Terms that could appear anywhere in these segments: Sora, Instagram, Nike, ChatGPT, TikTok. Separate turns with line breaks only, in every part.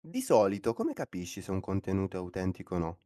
Di solito come capisci se un contenuto è autentico o no?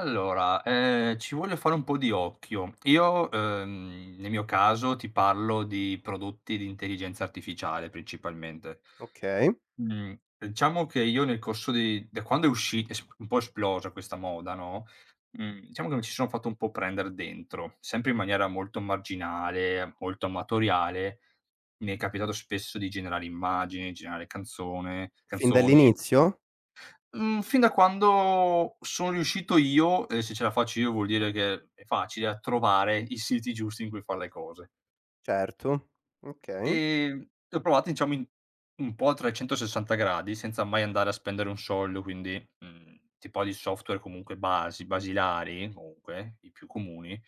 Allora, ci vuole fare un po' di occhio. Io, nel mio caso ti parlo di prodotti di intelligenza artificiale principalmente.
Okay.
Mhmm, diciamo che io nel corso di da quando è usci es un po' esplosa questa moda, no, diciamo che mi ci sono fatto un po' prendere dentro, sempre in maniera molto marginale, molto amatoriale. Mi è capitato spesso di generare immagini, generare canzone
Fin
canzoni
dall'inizio?
Mhmm, Fin da quando sono riuscito io, e se ce la faccio io vuol dire che è facile, a trovare i siti giusti in cui far le cose.
Certo. Okay,
Ehm, le ho provate diciamo in un po' a 360 gradi, senza mai andare a spendere un soldo, quindi, tipo di software comunque basilari, comunque i più comuni,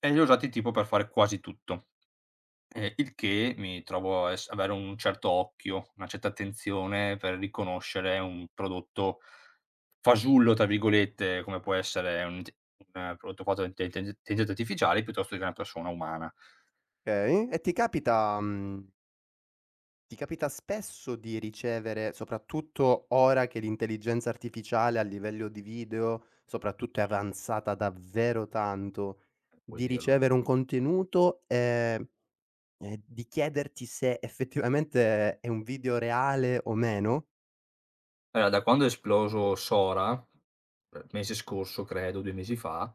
e li ho usati tipo per fare quasi tutto. Il che mi trovo a ess avere un certo occhio, una certa attenzione per riconoscere un prodotto "fasullo" tra virgolette, come può essere un prodotto fatto da intelligenze intelligenza artificiale, piuttosto che una persona umana,
okay. E ti capita ti capita spesso di ricevere, soprattutto ora che l'intelligenza artificiale a livello di video soprattutto è avanzata davvero tanto,
puoi
di
dirlo.
ricevere un contenuto, e di chiederti se effettivamente è un video reale o meno?
Allora, da quando è esploso Sora, mese scorso credo, 2 mesi fa,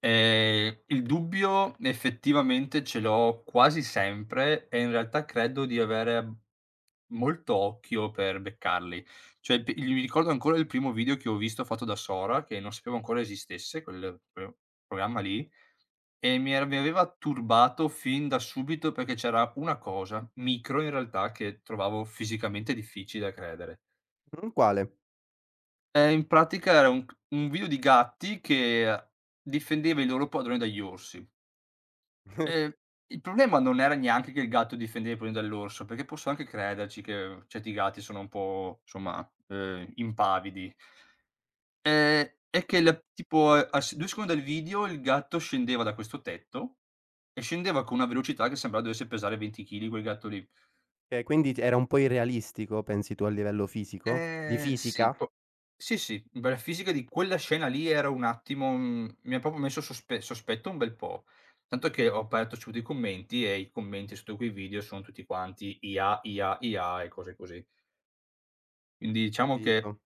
il dubbio effettivamente ce l'ho quasi sempre, e in realtà credo di avere molto occhio per beccarli. Cioè, p il mi ricordo ancora il primo video che ho visto fatto da Sora, che non sapevo ancora esistesse quel programma lì, e mi aveva turbato fin da subito perché c'era una cosa, micro in realtà, che trovavo fisicamente difficile da credere.
Quale?
In pratica era un video di gatti che difendeva i loro padroni dagli orsi. Ehm, il problema non era neanche che il gatto difendeva i padroni dall'orso, perché posso anche crederci che certi gatti sono un po' somma, impavidi. È che la tipo a s 2 secondi dal video il gatto scendeva da questo tetto e scendeva con una velocità che sembrava dovesse pesare 20 chili quel gatto lì.
Okay, quindi t era un po' irrealistico, pensi tu, a livello fisico? Di
Sì,
fisica?
po sì, sì, beh, la fisica di quella scena lì era un attimo, mi ha proprio messo sospetto un bel po'. Tanto che ho aperto subito i commenti, e i commenti sotto quei video sono tutti quanti IA, IA, IA e cose così. Quindi diciamo che,
Capito.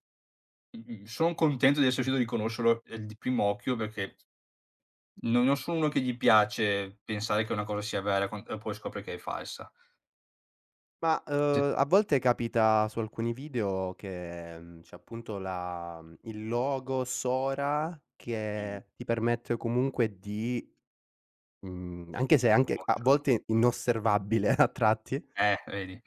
son contento di essere riuscito a riconoscerlo, di primo occhio, perché non sono uno che gli piace pensare che una cosa sia vera quan e poi scopre che è falsa.
Ma,
Cioè,
a volte capita su alcuni video che, mhmm, c'è appunto la il logo Sora
mhmm,
che ti permette comunque di mhmm, anche se anche a
riconoscerlo.
volte inosservabile a tratti.
Vedi.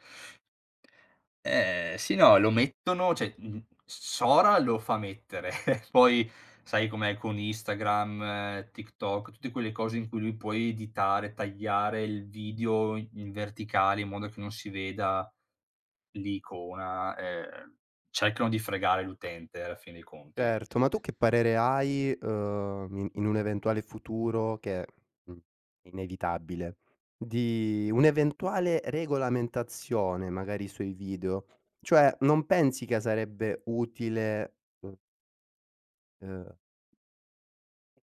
Sì, no, lo mettono, cioè, Sora lo fa mettere, poi sai com'è con Instagram, TikTok, tutte quelle cose in cui lui puoi editare, tagliare il video in verticale in modo che non si veda l'icona, cercano di fregare l'utente alla fin dei conti.
Certo, ma tu che parere hai, in un eventuale futuro che, mhmm, inevitabile, di un'eventuale regolamentazione magari sui video? Cioè, non pensi che sarebbe utile, uhm,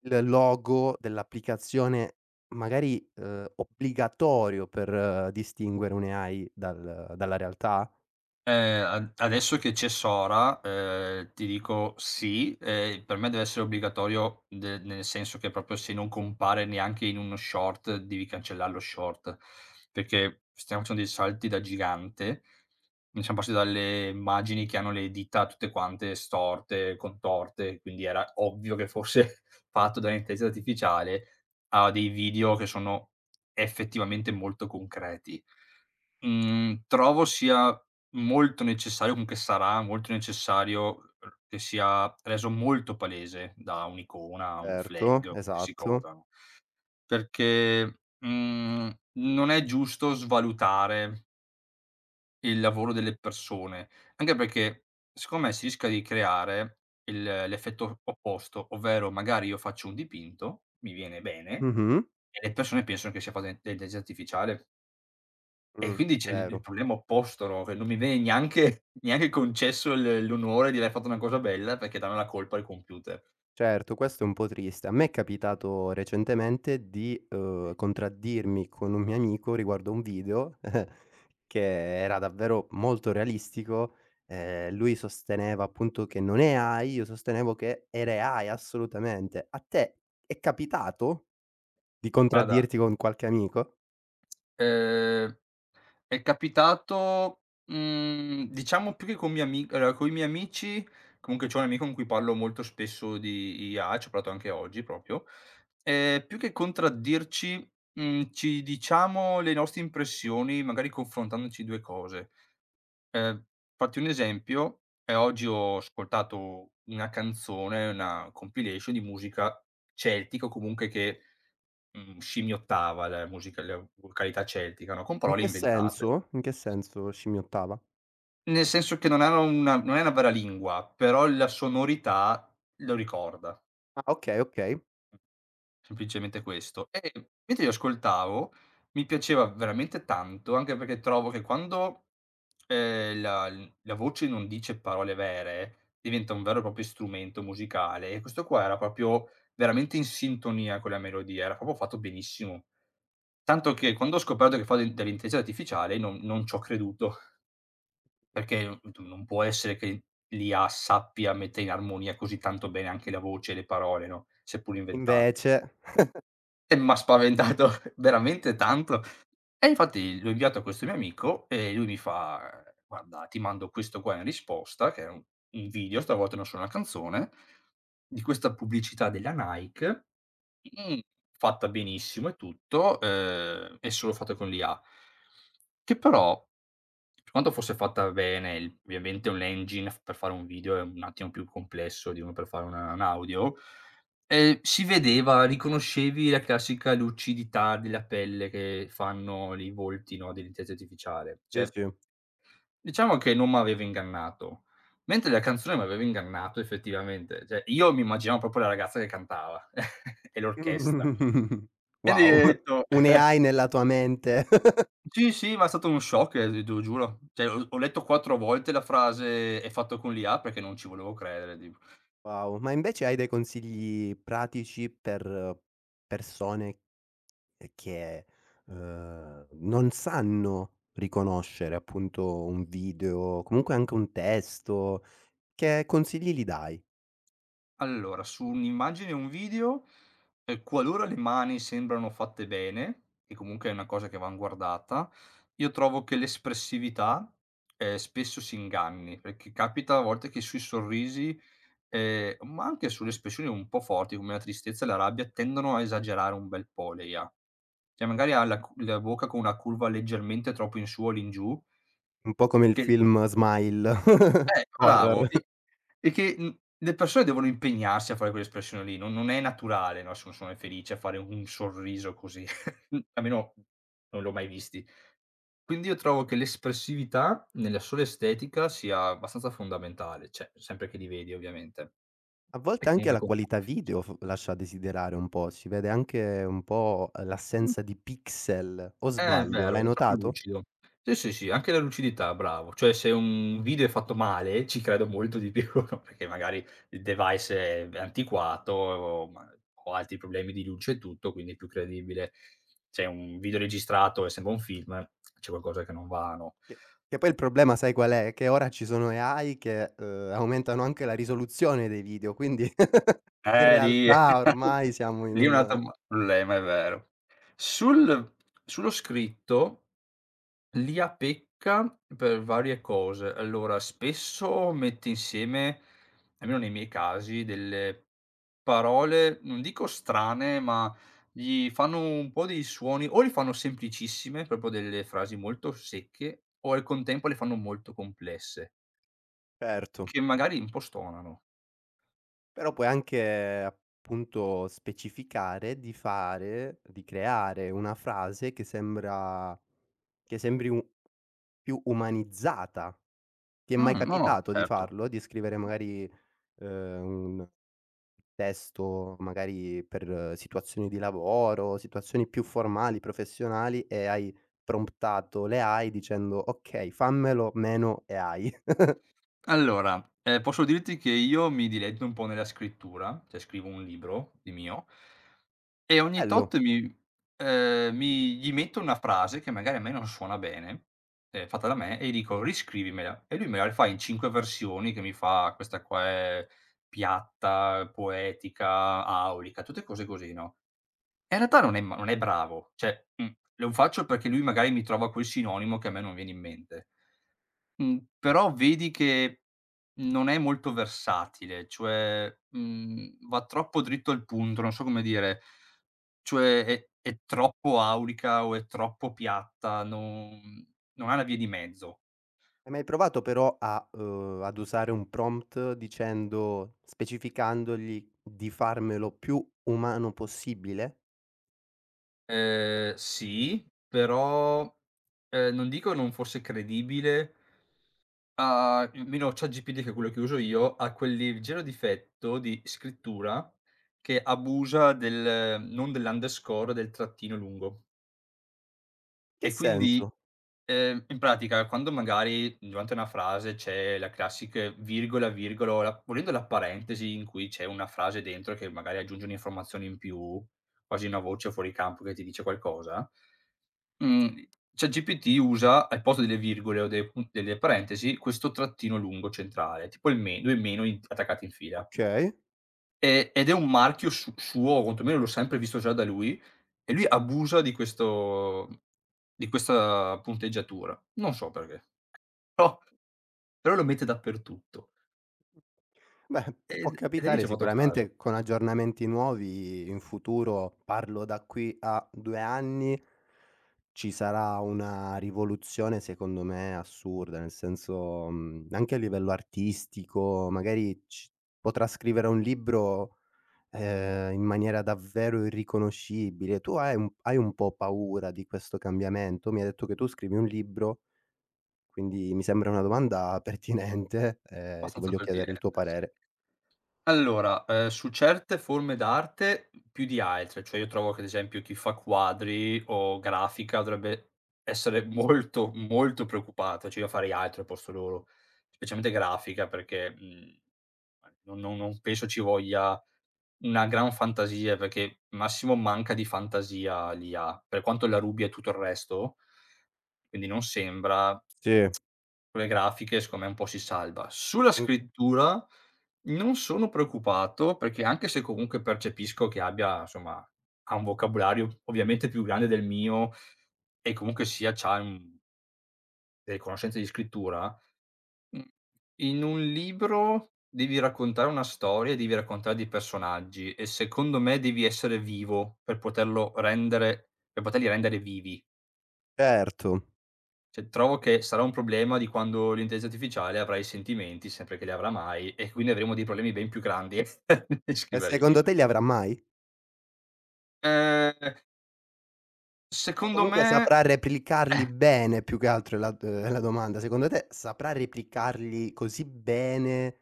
il logo dell'applicazione magari, obbligatorio per distinguere un'AI dalla realtà?
Ad Adesso che c'è Sora, ti dico sì, per me deve essere obbligatorio, de nel senso che proprio se non compare neanche in uno short devi cancellare lo short, perché stiamo facendo dei salti da gigante. Ne siamo passati dalle immagini che hanno le dita tutte quante storte, contorte, quindi era ovvio che fosse fatto dall'intelligenza artificiale, a dei video che sono effettivamente molto concreti. Trovo sia molto necessario, comunque sarà molto necessario r che sia reso molto palese da un'icona, un flag
Certo,
o qualsiasi
esatto.
cosa, no, perché, non è giusto svalutare il lavoro delle persone, anche perché secondo me si rischia di creare il l'effetto opposto, ovvero magari io faccio un dipinto, mi viene bene
Mh-mh.
e le persone pensano che sia fatto da intelligenza artificiale. E
Mh,
quindi c'è il
vero.
problema opposto, no, che non mi viene neanche neanche concesso l'onore di aver fatto una cosa bella, perché danno la colpa al computer.
Certo, questo è un po' triste. A me è capitato recentemente di,
Sì.
contraddirmi con un mio amico riguardo a un video che era davvero molto realistico. Lui sosteneva appunto che non è AI, io sostenevo che era AI assolutamente. A te è capitato di
Guarda,
contraddirti con qualche amico?
ehm, è capitato, diciamo più che con miei ami allora coi miei amici, comunque c'ho un amico con cui parlo molto spesso di IA, ci ho parlato anche oggi proprio, più che contraddirci, ci diciamo le nostre impressioni, magari confrontandoci 2 cose. Ehm, Fatti un esempio, oggi ho ascoltato una canzone, una compilation di musica celtica, o comunque che, scimmiottava la vocalità celtica, no, con
In
parole
che
inventate.
senso? In che senso scimmiottava?
Nel senso che non è una vera lingua, però la sonorità lo ricorda.
Ah, okay, okay.
Semplicemente questo. E mentre li ascoltavo mi piaceva veramente tanto, anche perché trovo che quando, la voce non dice parole vere, diventa un vero e proprio strumento musicale, e questo qua era proprio veramente in sintonia con la melodia, era proprio fatto benissimo. Tanto che quando ho scoperto che fa dell'intelligenza artificiale non c'ho creduto, perché n tu non può essere che l'IA sappia mettere in armonia così tanto bene anche la voce e le parole, no, seppur inventate.
Invece
E m'ha spaventato veramente tanto. E infatti l'ho inviato a questo mio amico e lui mi fa: "Guarda, ti mando questo qua in risposta", che è un video, stavolta non solo una canzone, di questa pubblicità della Nike, mhmm, fatta benissimo e tutto, e solo fatta con l'IA. Che però, per quanto fosse fatta bene, il ovviamente un engine f per fare un video è un attimo più complesso di uno per fare una un audio, si vedeva, riconoscevi la classica lucidità della pelle che fanno i volti, no, dell'intelligenza artificiale.
sì,
Cioè,
sì.
diciamo che non m'aveva ingannato, mentre la canzone m'aveva ingannato effettivamente. Cioè, io mi immaginavo proprio la ragazza che cantava e l'orchestra.
Mh.
Quindi ho
Wow,
detto,
un'AI nella tua mente.
sì, sì, ma è stato uno shock, te lo giuro. Cioè, ho letto 4 volte la frase: "È fatto con l'IA", perché non ci volevo credere, tipo.
Wow, ma invece hai dei consigli pratici per persone che, non sanno riconoscere appunto un video, comunque anche un testo, che consigli gli dai?
Allora, su un'immagine o un video, qualora le mani sembrano fatte bene, che comunque è una cosa che van guardata, io trovo che l'espressività, spesso si inganni, perché capita a volte che sui sorrisi. Ma anche sulle espressioni un po' forti, come la tristezza e la rabbia, tendono a esagerare un bel po' lei ha. Cioè magari ha la bocca con una curva leggermente troppo in su o in giù,
Un po' come il
che
film Smile,
bravo,
horror.
e che, le persone devono impegnarsi a fare quell'espressione lì, non è naturale, no, se una persona è felice, a fare un sorriso così, almeno non l'ho mai visti. Quindi io trovo che l'espressività nella sola estetica sia abbastanza fondamentale, cioè sempre che li vedi ovviamente,
A
e
volte anche
comunque
la
con
qualità
la
video
fisica.
f lascia a desiderare un po', si vede anche un po' l'assenza di pixel, o
È
sbaglio?
vero,
L'hai
è troppo
notato?
lucido. Sì, sì, sì, anche la lucidità, bravo. Cioè se un video è fatto male, ci credo molto di più, perché magari il device è antiquato, o ma ho altri problemi di luce e tutto, quindi è più credibile. Se un video registrato e sembra un film, c'è qualcosa che non va, no.
Che che poi il problema, sai qual è? Che ora ci sono AI che, aumentano anche la risoluzione dei video, quindi in
Lì,
realtà ormai siamo in
lì è
un
un altro problema, è vero. Sul Sullo scritto, l'IA pecca per varie cose. Allora, spesso mette insieme, almeno nei miei casi, delle parole, non dico strane, ma gli fanno un po' dei suoni, o li fanno semplicissime, proprio delle frasi molto secche, o al contempo le fanno molto complesse,
certo.
che magari un po' stonano.
Però puoi anche, appunto, specificare di fare di creare una frase che sembra che sembri u più umanizzata. Ti è mai
No, no,
capitato di
certo.
farlo? Di scrivere magari, un testo magari per situazioni di lavoro, situazioni più formali, professionali, e hai promptato le AI dicendo: "Okay, fammelo meno AI."
Allora, posso dirti che io mi diletto un po' nella scrittura, cioè scrivo un libro di mio. E ogni
Bello.
tot mi gli metto una frase che magari a me non suona bene, fatta da me, e gli dico: "Riscrivimela", e lui me la rifà in 5 versioni, che mi fa: "Questa qua è piatta, poetica, aulica", tutte cose così, no, e in realtà non è, ma non è bravo, cioè, lo faccio perché lui magari mi trova quel sinonimo che a me non viene in mente. Però vedi che non è molto versatile, cioè, va troppo dritto al punto, non so come dire. Cioè è troppo aulica o è troppo piatta, non ha una via di mezzo.
Hai mai provato però a ad usare un prompt dicendo specificandogli di farmelo più umano possibile?
Sì, però, non dico non fosse credibile, a almeno ChatGPT, che è quello che uso io, ha quel leggero difetto di scrittura, che abusa del non dell'underscore, del trattino lungo.
Che
E quindi,
senso?
In pratica quando magari durante una frase c'è la classic virgola o la volendo la parentesi in cui c'è una frase dentro che magari aggiunge un'informazione in più, quasi una voce fuori campo che ti dice qualcosa, mhmm, ChatGPT usa al posto delle virgole o de pun delle parentesi questo trattino lungo centrale, tipo il me 2 meno in attaccati in fila.
Okay.
Ed è un marchio su suo, o quantomeno l'ho sempre visto già da lui, e lui abusa di questa punteggiatura. Non so perché. Però lo mette dappertutto.
Beh, può
Ed e da lì ci
capitare
ho fatto caso,
sicuramente con aggiornamenti nuovi in futuro, parlo da qui a 2 anni, ci sarà una rivoluzione secondo me assurda, nel senso, mhmm, anche a livello artistico, magari ci potrà scrivere un libro, in maniera davvero irriconoscibile. Tu hai un po' paura di questo cambiamento? Mi hai detto che tu scrivi un libro, quindi mi sembra una domanda pertinente, ti
abbastanza
voglio chiedere il
pertinente,
tuo
sì.
parere.
Allora, su certe forme d'arte più di altre, cioè io trovo che ad esempio chi fa quadri o grafica dovrebbe essere molto, molto preoccupato, cioè io farei altro al posto loro, specialmente grafica perché, non penso ci voglia una gran fantasia, perché massimo manca di fantasia l'IA, per quanto la rubi a tutto il resto, quindi non sembra.
Sì.
Sulle grafiche secondo me un po' si salva. Sulla
Mh,
scrittura non sono preoccupato, perché anche se comunque percepisco che abbia, insomma, ha un vocabolario ovviamente più grande del mio e comunque sia c'ha, delle conoscenze di scrittura, mhmm, in un libro devi raccontare una storia e devi raccontare dei personaggi, e secondo me devi essere vivo per poterlo rendere per poterli rendere vivi.
certo.
Cioè, trovo che sarà un problema di quando l'intelligenza artificiale avrà i sentimenti, sempre che li avrà mai, e quindi avremo dei problemi ben più grandi nel
E
scrivere i
secondo
libri.
te li avrà mai?
Ehm,
O
Secondo
comunque
me
saprà replicarli bene, più che altro è la d è la domanda. Secondo te saprà replicarli così bene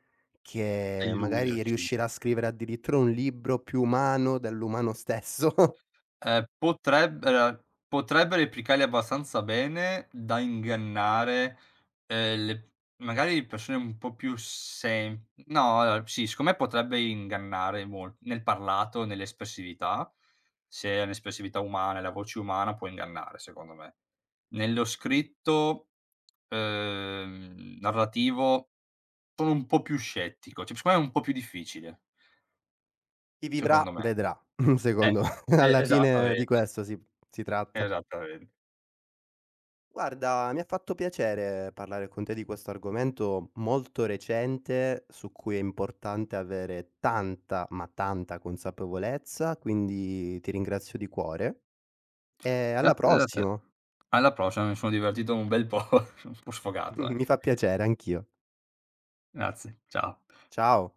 a
che magari
illuderci.
riuscirà a scrivere addirittura un libro più umano dell'umano stesso?
Ehm, potreb ehm, Potrebbe replicarli abbastanza bene da ingannare, le magari le persone un po' più sem no, allora sì, secondo me potrebbe ingannare mol nel parlato, nell'espressività. Se è un'espressività umana e la voce umana può ingannare, secondo me. Nello scritto, narrativo, sono un po' più scettico, cioè secondo me è un po' più difficile,
Chi
secondo
vivrà
me.
vedrà, secondo
Eh,
alla fine di
esattamente,
questo si tratta.
esattamente.
Guarda, mi ha fatto piacere parlare con te di questo argomento molto recente, su cui è importante avere tanta, ma tanta consapevolezza, quindi ti ringrazio di cuore e alla
Grazie a te.
prossima.
Alla prossima, mi sono divertito un bel po', sono un po' sfogato
Mi
anche.
fa piacere anch'io.
Grazie, ciao.
Ciao.